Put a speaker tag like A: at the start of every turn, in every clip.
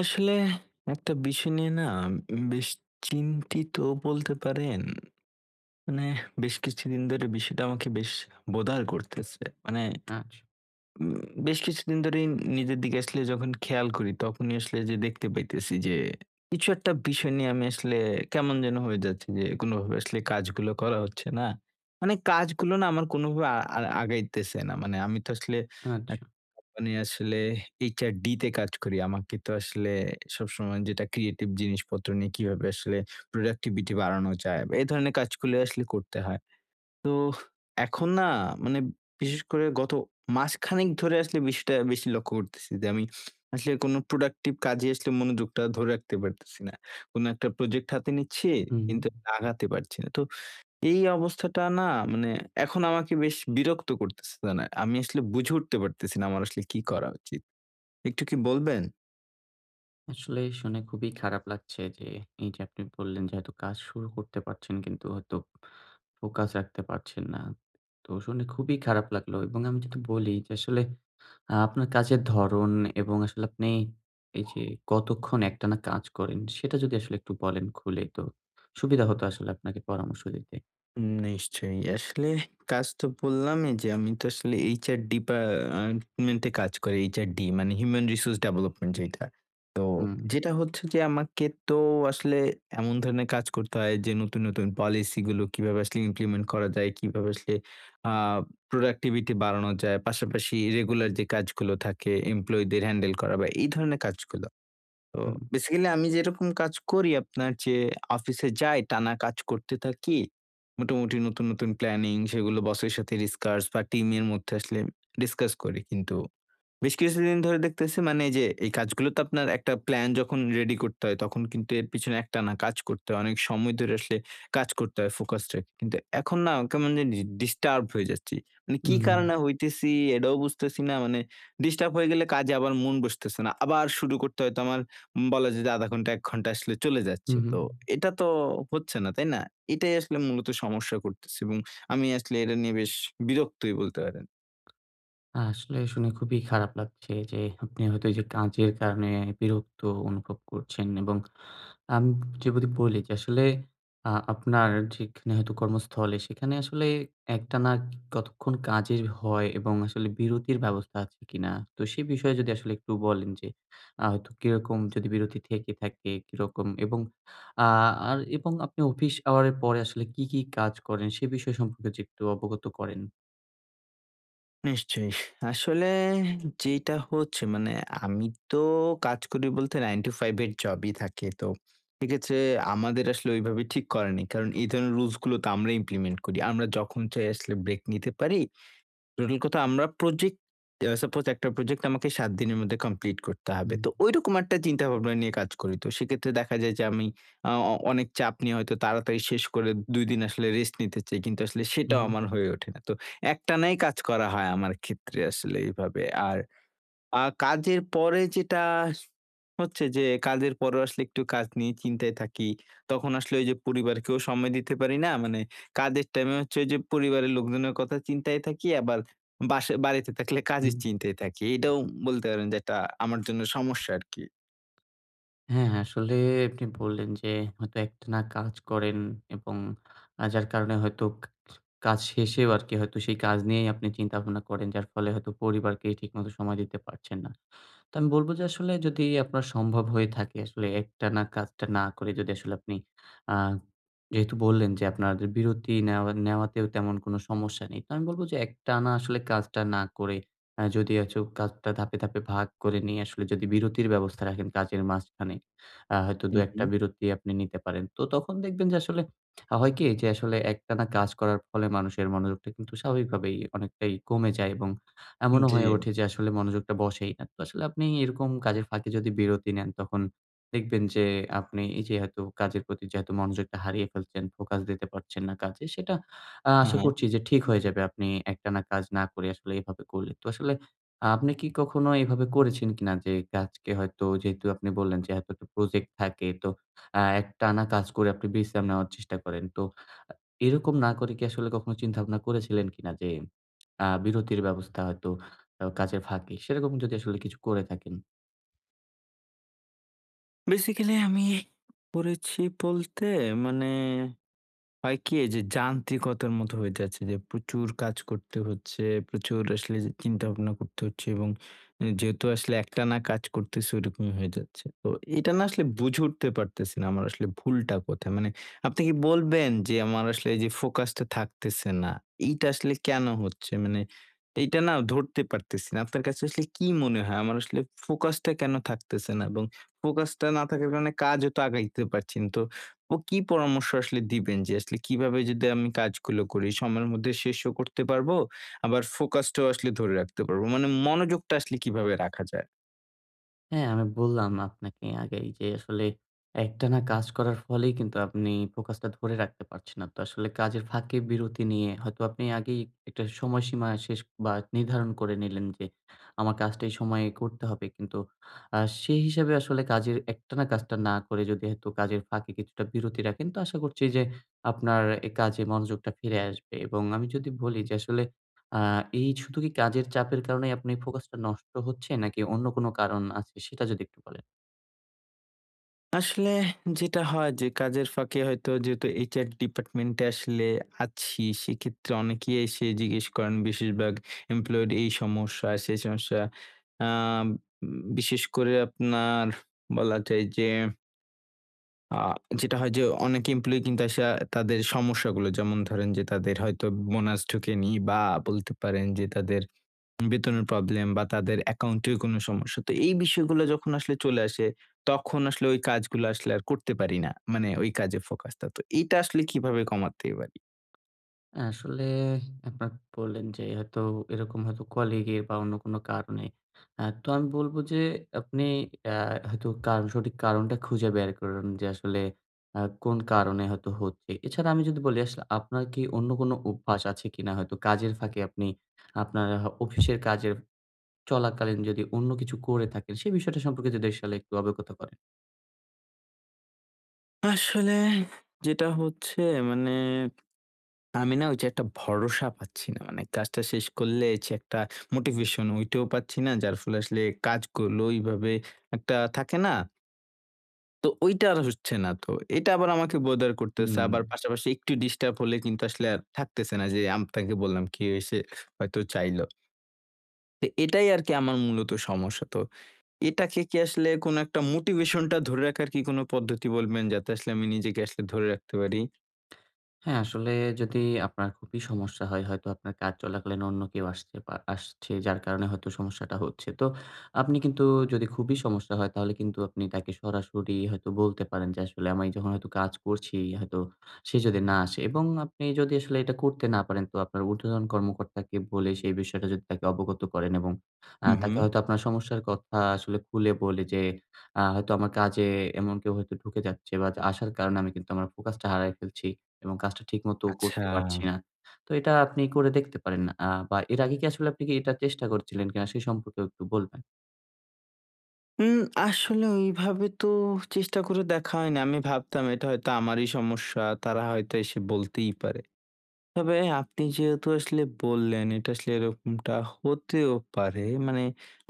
A: আসলে একটা বিষয় নিয়ে না বেশ চিন্তিত বলতে পারেন। মানে বেশ কিছুদিন ধরে বিষয়টা আমাকে বেশ বোদার করতেছে। মানে
B: আচ্ছা,
A: উম বেশ কিছুদিন ধরেই নিজের দিকে আসলে যখন খেয়াল করি, তখনই আসলে যে দেখতে পাইতেছি যে কিছু একটা বিষয় নিয়ে আমি আসলে কেমন যেন হয়ে যাচ্ছি যে কোনোভাবে আসলে কাজগুলো করা হচ্ছে না। মানে কাজগুলো না আমার কোনোভাবে আ আ আগাইতেছে না। মানে আমি তো আসলে এক
B: আচ্ছা।
A: কোম্পানি আসলে HRD তে কাজ করি। আমাকে তো আসলে সবসময় যেটা ক্রিয়েটিভ জিনিসপত্র নিয়ে কিভাবে আসলে প্রোডাক্টিভিটি বাড়ানো যায় বা এই ধরনের কাজগুলো আসলে করতে হয়। তো এখন না মানে বিশেষ করে গত মাসখানেক ধরে আসলে বিষয়টা বেশি লক্ষ্য করতেছি যে আমি আসলে কোনো প্রোডাক্টিভ কাজে আসলে মনোযোগটা ধরে রাখতে পারতেছি না। কোনো একটা প্রজেক্ট হাতে নিচ্ছি
B: হুম, হুম।
A: কিন্তু আগাতে পারছি না। তো এই অবস্থাটা না মানে এখন আমাকে বেশ বিরক্ত করতেছে। না, না, আমি আসলে বুঝে উঠতে পারতেছি না আমার আসলে কি করা উচিত। একটু কি বলবেন?
B: আসলে শুনে খুবই খারাপ লাগছে যে, এই যে আপনি বললেন যে হয়তো কাজ শুরু করতে পারছেন কিন্তু হয়তো ফোকাস রাখতে পারছেন না। তো শুনে খুবই খারাপ লাগলো এবং আমি যদি বলি যে আসলে আপনার কাজের ধরন এবং আসলে আপনি এই যে কতক্ষণ একটানা কাজ করেন সেটা যদি আসলে একটু বলেন খুলে তো সুবিধা হতো আসলে আপনাকে পরামর্শ দিতে।
A: নিশ্চয়ই। আসলে কাজ তো বললামই যে আমি তো আসলে HR ডিপার্টমেন্টে কাজ করি। HRD মানে হিউম্যান রিসোর্স ডেভেলপমেন্ট যেটা। তো
B: হুম,
A: যেটা হচ্ছে যে আমাকে তো আসলে এমন ধরনের কাজ করতে হয় যে নতুন, নতুন পলিসি গুলো কিভাবে আসলে ইমপ্লিমেন্ট করা যায়, কিভাবে আসলে আ প্রোডাক্টিভিটি বাড়ানো যায়। পাশাপাশি রেগুলার যে কাজগুলো থাকে এমপ্লয়িদের হ্যান্ডেল করা বা এই ধরনের কাজগুলো। তো
B: হুম,
A: বেসিক্যালি আমি যেরকম কাজ করি আপনার যে অফিসে যাই, টানা কাজ করতে থাকি। মোটামুটি নতুন, নতুন প্ল্যানিং সেগুলো বসের সাথে ডিসকাস বা টিমের মধ্যে আসলে ডিসকাস করি কিন্তু বেশ কিছুদিন ধরে দেখতেছি মানে এই যে এই কাজগুলো তো আপনার একটা প্ল্যান যখন রেডি করতে হয় তখন কিন্তু এর পিছনে একটানা কাজ করতে হয়। অনেক সময় ধরে আসলে কাজ করতে হয় ফোকাস রেখে। কিন্তু এখন না কেমন জানি ডিস্টার্ব হয়ে যাচ্ছি। মানে কি
B: হুম,
A: কারণে হইতেছি এটাও বুঝতেছি না। মানে ডিস্টার্ব হয়ে গেলে কাজে আবার মন বসতেছে না। আবার শুরু করতে হয়তো আমার বলা যায় যে ০.৫ ঘন্টা ১ ঘন্টা আসলে চলে যাচ্ছে।
B: হুম, হুম।
A: তো এটা তো হচ্ছে না, তাই না? এটাই আসলে মূলত সমস্যা করতেছে এবং আমি আসলে এটা নিয়ে বেশ বিরক্তই বলতে পারেন।
B: আসলে শুনে খুবই খারাপ লাগছে যে আপনি হয়তো এই যে কাজের কারণে বিরক্ত অনুভব করছেন এবং আমি যদি বলি যে আসলে আপনার যেখানে হয়তো কর্মস্থলে সেখানে আসলে একটানা কতক্ষণ কাজের হয় এবং আসলে বিরতির ব্যবস্থা আছে কিনা? তো সে বিষয়ে যদি আসলে একটু বলেন যে হয়তো কিরকম যদি বিরতি থেকে থাকে কিরকম? এবং আ আর এবং আপনি অফিস আওয়ারের পরে আসলে কি, কি কাজ করেন সে বিষয় সম্পর্কে যদি একটু অবগত করেন?
A: নিশ্চয়ই। আসলে যেটা হচ্ছে মানে আমি তো কাজ করি বলতে 9 to 5 এর জবই থাকে। তো সেক্ষেত্রে আমাদের আসলে ওইভাবে ঠিক করা নেই। কারণ এই ধরনের রুলস গুলো তো আমরা ইমপ্লিমেন্ট করি। আমরা যখন চাই আসলে ব্রেক নিতে পারি। টোটাল কথা আমরা প্রজেক্ট সাপোজ একটা প্রজেক্ট আমাকে ৭ দিনের মধ্যে কমপ্লিট করতে হবে।
B: হুম।
A: তো ঐরকম একটা চিন্তাভাবনা নিয়ে কাজ করি। তো সেক্ষেত্রে দেখা যায় যে আমি আ অ অনেক চাপ নিয়ে হয়তো তাড়াতাড়ি শেষ করে ২ দিন আসলে রেস্ট নিতে চাই। কিন্তু আসলে সেটাও
B: হুম,
A: আমার হয়ে ওঠে না। তো একটানাই কাজ করা হয় আমার ক্ষেত্রে আসলে এভাবে। আর কাজের পরে যেটা হচ্ছে যে কাজের পরেও আসলে একটু কাজ নিয়ে চিন্তায় থাকি। তখন আসলে ওই যে পরিবারকেও সময় দিতে পারি না। মানে কাজের টাইমে হচ্ছে ওই যে পরিবারের লোকজনের কথা চিন্তায় থাকি আবার বাসা বাড়িতে থাকলে
B: হুম।
A: কাজের চিন্তায় থাকি। এটাও বলতে পারেন যে একটা আমার জন্য সমস্যা আরকি।
B: হ্যাঁ, হ্যাঁ, আসলে আপনি বললেন যে হয়তো একটানা কাজ করেন এবং যার কারণে হয়তো কাজ শেষেও আরকি হয়তো সেই কাজ নিয়েই আপনি চিন্তা ভাবনা করেন। যার ফলে হয়তো পরিবারকে ঠিকমতো সময় দিতে পারছেন না। তো আমি বলব যে আসলে যদি আপনার সম্ভব হয়ে থাকে আসলে একটানা কাজটা না করে যদি আসলে আপনি আ যেহেতু বললেন যে আপনাদের বিরতি নেওয়া নেওয়াতেও তেমন কোনো সমস্যা নেই। তো আমি বলব যে একটানা আসলে কাজটা না করে যদি আছো কাজটা ধাপে, ধাপে ভাগ করে নিয়ে আসলে যদি বিরতির ব্যবস্থা রাখেন কাজের মাঝখানে আ হয়তো হুম।
A: হু,
B: ২-১
A: হু।
B: টা বিরতি আপনি নিতে পারেন। তো তখন দেখবেন যে আসলে হয় কি যে আসলে একটানা কাজ করার ফলে মানুষের মনোযোগটা কিন্তু স্বাভাবিকভাবেই অনেকটাই কমে যায় এবং এমনও
A: জি।
B: হয়ে ওঠে যে আসলে মনোযোগটা বসেই না। তো আসলে আপনি এরকম কাজের ফাঁকে যদি বিরতি নেন, তখন দেখবেন যে আপনি এই যে এত কাজের প্রতি যে এত মনোযোগটা হারিয়ে ফেলছেন, ফোকাস দিতে পারছেন না কাজে, সেটা
A: হ্যাঁ,
B: আশা
A: হ্যাঁ।
B: করছি যে ঠিক হয়ে যাবে আপনি একটানা কাজ না করে আসলে এভাবে করলে। তো আসলে আপনি কি কখনো এভাবে করেছেন কিনা যে কাজকে হয়তো যেহেতু আপনি বললেন যে এতটা প্রজেক্ট থাকে, তো একটানা কাজ করে আপনি বিশ্রাম নেওয়ার চেষ্টা করেন। তো আ এরকম না করে কি আসলে কখনো চিন্তা ভাবনা করেছিলেন কিনা যে বিরতির ব্যবস্থা হয়তো কাজের ফাঁকে। সেরকম যদি আসলে কিছু করে থাকেন,
A: বেসিক্যালি আমি করেছি বলতে মানে হয় কি? যে যান্ত্রিকতার মতো হয়ে যাচ্ছে যে প্রচুর কাজ করতে হচ্ছে, প্রচুর আসলে যে চিন্তাভাবনা করতে হচ্ছে এবং এ যেহেতু আসলে একটানা কাজ করতেছি ওরকমই হয়ে যাচ্ছে। তো এটা না আসলে বুঝে উঠতে পারতেছি না আমার আসলে ভুলটা কোথায়? মানে আপনি কি বলবেন যে আমার আসলে এই যে ফোকাসটা থাকতেছে না, এইটা আসলে কেন হচ্ছে? মানে এইটা না ধরতে পারতেছি না। আপনার কাছে আসলে কি মনে হয় আমার আসলে ফোকাসটা কেন থাকতেছে না? এবং ফোকাসটা না থাকার কারণে কাজও তো আগাইতে পারছি না। তো ও কি পরামর্শ আসলে দিবেন যে আসলে কিভাবে যদি আমি কাজগুলো করি সময়ের মধ্যে শেষও করতে পারবো আবার ফোকাসটাও আসলে ধরে রাখতে পারবো মানে মনোযোগটা আসলে কিভাবে রাখা যায়
B: হ্যাঁ, আমি বললাম আপনাকে আগেই যে আসলে একটানা কাজ করার ফলেই কিন্তু আপনি ফোকাসটা ধরে রাখতে পারছেন না। তো আসলে কাজের ফাঁকে বিরতি নিয়ে হয়তো আপনি আগেই একটা সময়সীমা শেষ বা নির্ধারণ করে নিলেন যে আমার কাজটা এই সময়ে করতে হবে। কিন্তু আ সেই হিসাবে আসলে কাজের একটানা কাজটা না করে যদি হয়তো কাজের ফাঁকে কিছুটা বিরতি রাখেন, তো আশা করছি যে আপনার কাজে মনোযোগটা ফিরে আসবে। এবং আমি যদি বলি যে আসলে আ এই শুধু কি কাজের চাপের কারণেই আপনি ফোকাসটা নষ্ট হচ্ছে নাকি অন্য কোনো কারণ আছে সেটা যদি একটু বলেন?
A: আসলে যেটা হয় যে কাজের ফাঁকে হয়তো যেহেতু এইচআর ডিপার্টমেন্টে আসলে আছি সেক্ষেত্রে অনেকেই এসে জিজ্ঞেস করেন বেশিরভাগ এমপ্লয়েড এই সমস্যা সেই সমস্যা আহ, বিশেষ করে আপনার বলা যায় যে আ যেটা হয় যে অনেক এমপ্লয়ি কিন্তু আইসা তাদের সমস্যাগুলো যেমন ধরেন যে তাদের হয়তো বোনাস ঢোকেনি বা বলতে পারেন যে তাদের বেতনের প্রবলেম বা তাদের অ্যাকাউন্টের কোনো সমস্যা। তো এই বিষয়গুলো যখন আসলে চলে আসে তখন আসলে ওই কাজগুলো আসলে আর করতে পারি না। মানে ওই কাজে ফোকাসটা। তো এটা আসলে কিভাবে কমাতে পারি?
B: আসলে আপনার বললেন যে হয়তো এরকম হয়তো কলিগের বা অন্য কোনো কারণে। তো আমি বলব যে আপনি আ হয়তো কারণ সঠিক কারণটা খুঁজে বের করুন যে আসলে কোন কারণে হয়তো হচ্ছে। এছাড়া আমি যদি বলি আসলে আপনার কি অন্য কোনো অভ্যাস আছে কিনা হয়তো কাজের ফাঁকে আপনি আপনার অফিসের কাজের চলাকালীন যদি অন্য কিছু করে থাকেন, সেই বিষয়টা সম্পর্কে যদি আসলে একটু অবগত করেন।
A: আসলে যেটা হচ্ছে মানে আমি না ওই যে একটা ভরসা পাচ্ছি না। মানে কাজটা শেষ করলে যে একটা মোটিভেশন ওইটাও পাচ্ছি না। যার ফলে আসলে কাজগুলো ওইভাবে একটা থাকে না? তো ওইটা আর হচ্ছে না তো। এটা আবার আমাকে bother করতেছে।
B: হুম।
A: আবার পাশাপাশি একটু ডিস্টার্ব হলে কিন্তু আসলে আর থাকতেছে না যে আপনাকে বললাম কেউ এসে হয়তো চাইলো। তো এটাই আরকি আমার মূলত সমস্যা। তো এটাকে কি আসলে কোনো একটা মোটিভেশনটা ধরে রাখার কি কোনো পদ্ধতি বলবেন? যাতে আসলে আমি নিজেকে আসলে ধরে রাখতে পারি?
B: হ্যাঁ, আসলে যদি আপনার খুবই সমস্যা হয়, হয়তো আপনার কাজ চলাকালীন অন্য কেউ আসছে আসছে যার কারণে হয়তো সমস্যাটা হচ্ছে। তো আপনি কিন্তু যদি খুবই সমস্যা হয় তাহলে কিন্তু আপনি তাকে সরাসরি হয়তো বলতে পারেন যে, "আসলে আমি যখন হয়তো কাজ করছি হয়তো সে যদি না আসে" এবং আপনি যদি আসলে এটা করতে না পারেন তো আপনার ঊর্ধ্বতন কর্মকর্তাকে বলে সেই বিষয়টা যদি তাকে অবগত করেন এবং
A: হু, হু।
B: তাকে হয়তো আপনার সমস্যার কথা আসলে খুলে বলে যে, "হয়তো আমার কাজে এমন কেউ হয়তো ঢুকে যাচ্ছে বা আসার কারণে আমি কিন্তু আমার ফোকাসটা হারায় ফেলছি।" এবং কাজটা ঠিকমতো
A: আচ্ছা।
B: করতে পারছি না। তো এটা আপনি করে দেখতে পারেন। বা এর আগে কি আসলে আপনি কি এটা চেষ্টা করছিলেন কিনা সে সম্পর্কেও একটু বলবেন?
A: উম আসলে ওইভাবে তো চেষ্টা করে দেখা হয়নি। আমি ভাবতাম এটা হয়তো আমারই সমস্যা। তারা হয়তো এসে বলতেই পারে। তবে আপনি যেহেতু আসলে বললেন, এটা আসলে এরকমটা হতেও পারে। মানে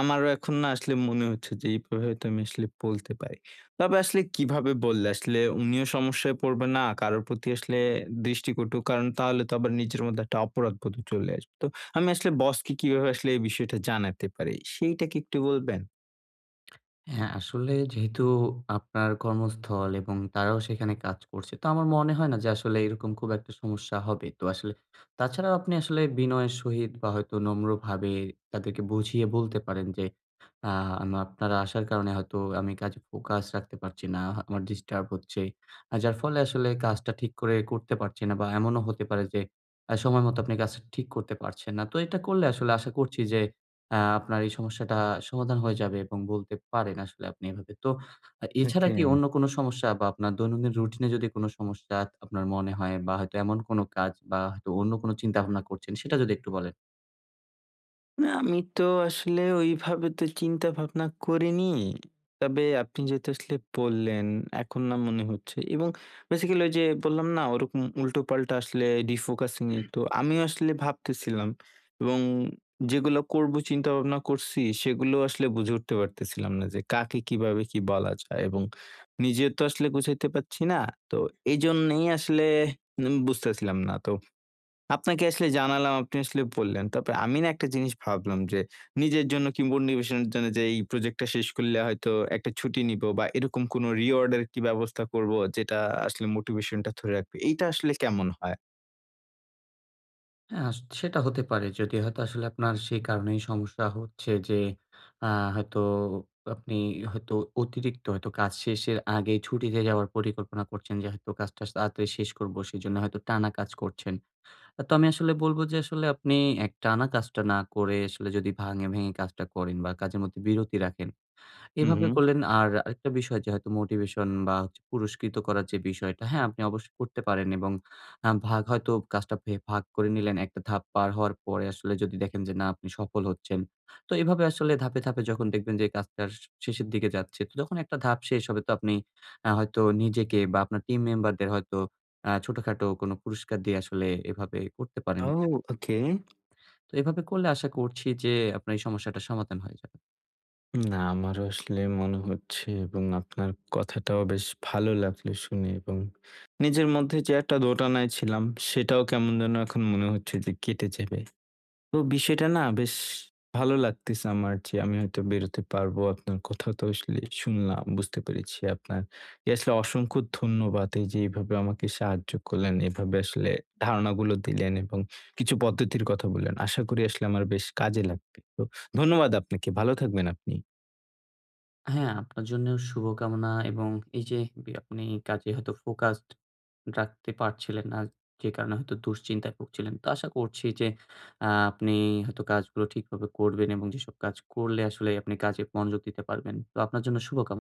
A: আমারও এখন না আসলে মনে হচ্ছে যে এইভাবে হয়তো আমি আসলে বলতে পারি। তবে আসলে কিভাবে বললে আসলে উনিও সমস্যায় পড়বে না, কারো প্রতি আসলে দৃষ্টিকটু। কারণ তাহলে তো আবার নিজের মধ্যে একটা অপরাধবোধও চলে আসবে। তো আমি আসলে বসকে কিভাবে আসলে এই বিষয়টা জানাতে পারি সেইটা কি একটু বলবেন?
B: হ্যাঁ, আসলে যেহেতু আপনার কর্মস্থল এবং তারাও সেখানে কাজ করছে। তো আমার মনে হয় না যে আসলে এরকম খুব একটা সমস্যা হবে। তো আসলে তাছাড়াও আপনি আসলে বিনয়ের সহিত বা হয়তো নম্রভাবে তাদেরকে বুঝিয়ে বলতে পারেন যে, আ আমা আপনারা আসার কারণে হয়তো আমি কাজে ফোকাস রাখতে পারছি না। আমার ডিস্টার্ব হচ্ছে। যার ফলে আসলে কাজটা ঠিক করে করতে পারছি না বা এমনও হতে পারে যে সময় মতো আপনি কাজটা ঠিক করতে পারছেন না। তো এটা করলে আসলে আশা করছি যে আপনার এই সমস্যাটা সমাধান হয়ে যাবে এবং বলতে পারেন আসলে আপনি এভাবে। তো এছাড়া
A: ওকে।
B: কি অন্য কোনো সমস্যা বা আপনার দৈনন্দিন রুটিনে যদি কোনো সমস্যা আপনার মনে হয় বা হয়তো এমন কোনো কাজ বা হয়তো অন্য কোনো চিন্তাভাবনা করছেন সেটা যদি একটু বলেন?
A: না, আমি তো আসলে ওইভাবে তো চিন্তা ভাবনা করিনি। তবে আপনি যেহেতু আসলে বললেন, এখন না মনে হচ্ছে এবং বেসিক্যালি ওই যে বললাম না ওরকম উল্টোপাল্টা আসলে refocusing এ তো আমিও আসলে ভাবতেছিলাম এবং যেগুলো করব চিন্তা ভাবনা করছি সেগুলো আসলে বুঝে উঠতে পারতেছিলাম না যে কাকে কিভাবে কি বলা যায় এবং নিজে তো আসলে গুছাইতে পারছি না। তো এজন্যেই আসলে বুঝতেছিলাম না। তো আপনাকে আসলে জানালাম, আপনি আসলে বললেন। তারপরে আমি না একটা জিনিস ভাবলাম যে, নিজের জন্য কিংবা মোটিভেশনের জন্য যে এই প্রজেক্টটা শেষ করলে হয়তো একটা ছুটি নিবো বা এরকম কোনো রিওয়ার্ড এর কি ব্যবস্থা করব যেটা আসলে মোটিভেশনটা ধরে রাখবে। এইটা আসলে কেমন হয়?
B: হ্যাঁ, সেটা হতে পারে। যদি হয়তো আসলে আপনার সেই কারণেই সমস্যা হচ্ছে যে আ হয়তো আপনি হয়তো অতিরিক্ত হয়তো কাজ শেষের আগেই ছুটিতে যাওয়ার পরিকল্পনা করছেন যে হয়তো কাজটা তাড়াতাড়ি শেষ করব। সেজন্য হয়তো টানা কাজ করছেন। তো আমি আসলে বলবো যে আসলে আপনি একটানা কাজটা না করে আসলে যদি ভাঙে ভেঙে কাজটা করেন বা কাজের মধ্যে বিরতি রাখেন
A: হুম,
B: এভাবে
A: হুম।
B: করলেন আর আরেকটা বিষয় যে হয়তো মোটিভেশন বা হচ্ছে পুরস্কৃত করার যে বিষয়টা, হ্যাঁ, আপনি অবশ্যই করতে পারেন এবং আ ভাগ হয়তো কাজটা ভাগ করে নিলেন। একটা ধাপ পার হওয়ার পরে আসলে যদি দেখেন যে না আপনি সফল হচ্ছেন। তো এভাবে আসলে ধাপে, ধাপে যখন দেখবেন যে কাজটার শেষের দিকে যাচ্ছে, তো যখন একটা ধাপ শেষ হবে তো আপনি হয়তো নিজেকে বা আপনার টিম মেম্বারদের হয়তো ছোটখাটো কোনো পুরস্কার দিয়ে আসলে এভাবে করতে পারেন।
A: ও ওকে।
B: তো এভাবে করলে আশা করছি যে আপনার এই সমস্যাটার সমাধান হয়ে যাবে।
A: না আমারও আসলে মনে হচ্ছে এবং আপনার কথাটাও বেশ ভালো লাগলো শুনে এবং নিজের মধ্যে যে একটা দোটানায় ছিলাম সেটাও কেমন যেন এখন মনে হচ্ছে যে কেটে যাবে। তো বিষয়টা না বেশ ভালো লাগতেছে আমার যে আমি হয়তো বেরোতে পারবো। আপনার কথাও তো আসলে শুনলাম, বুঝতে পেরেছি আপনার। এ আসলে অসংখ্য ধন্যবাদ এই যে এভাবে আমাকে সাহায্য করলেন। এভাবে আসলে ধারণাগুলো দিলেন এবং কিছু পদ্ধতির কথা বললেন। আশা করি আসলে আমার বেশ কাজে লাগবে। তো ধন্যবাদ আপনাকে। ভালো থাকবেন আপনি।
B: হ্যাঁ, আপনার জন্যেও শুভকামনা এবং এই যে আপনি কাজে হয়তো ফোকাসড রাখতে পারছিলেন না। যে কারণে হয়তো দুশ্চিন্তায় ভুগছিলেন। তো আশা করছি যে আপনি হয়তো কাজগুলো ঠিকভাবে করবেন এবং যেসব কাজ করলে আসলে আপনি কাজে মনোযোগ দিতে পারবেন। তো আপনার জন্য শুভকামনা।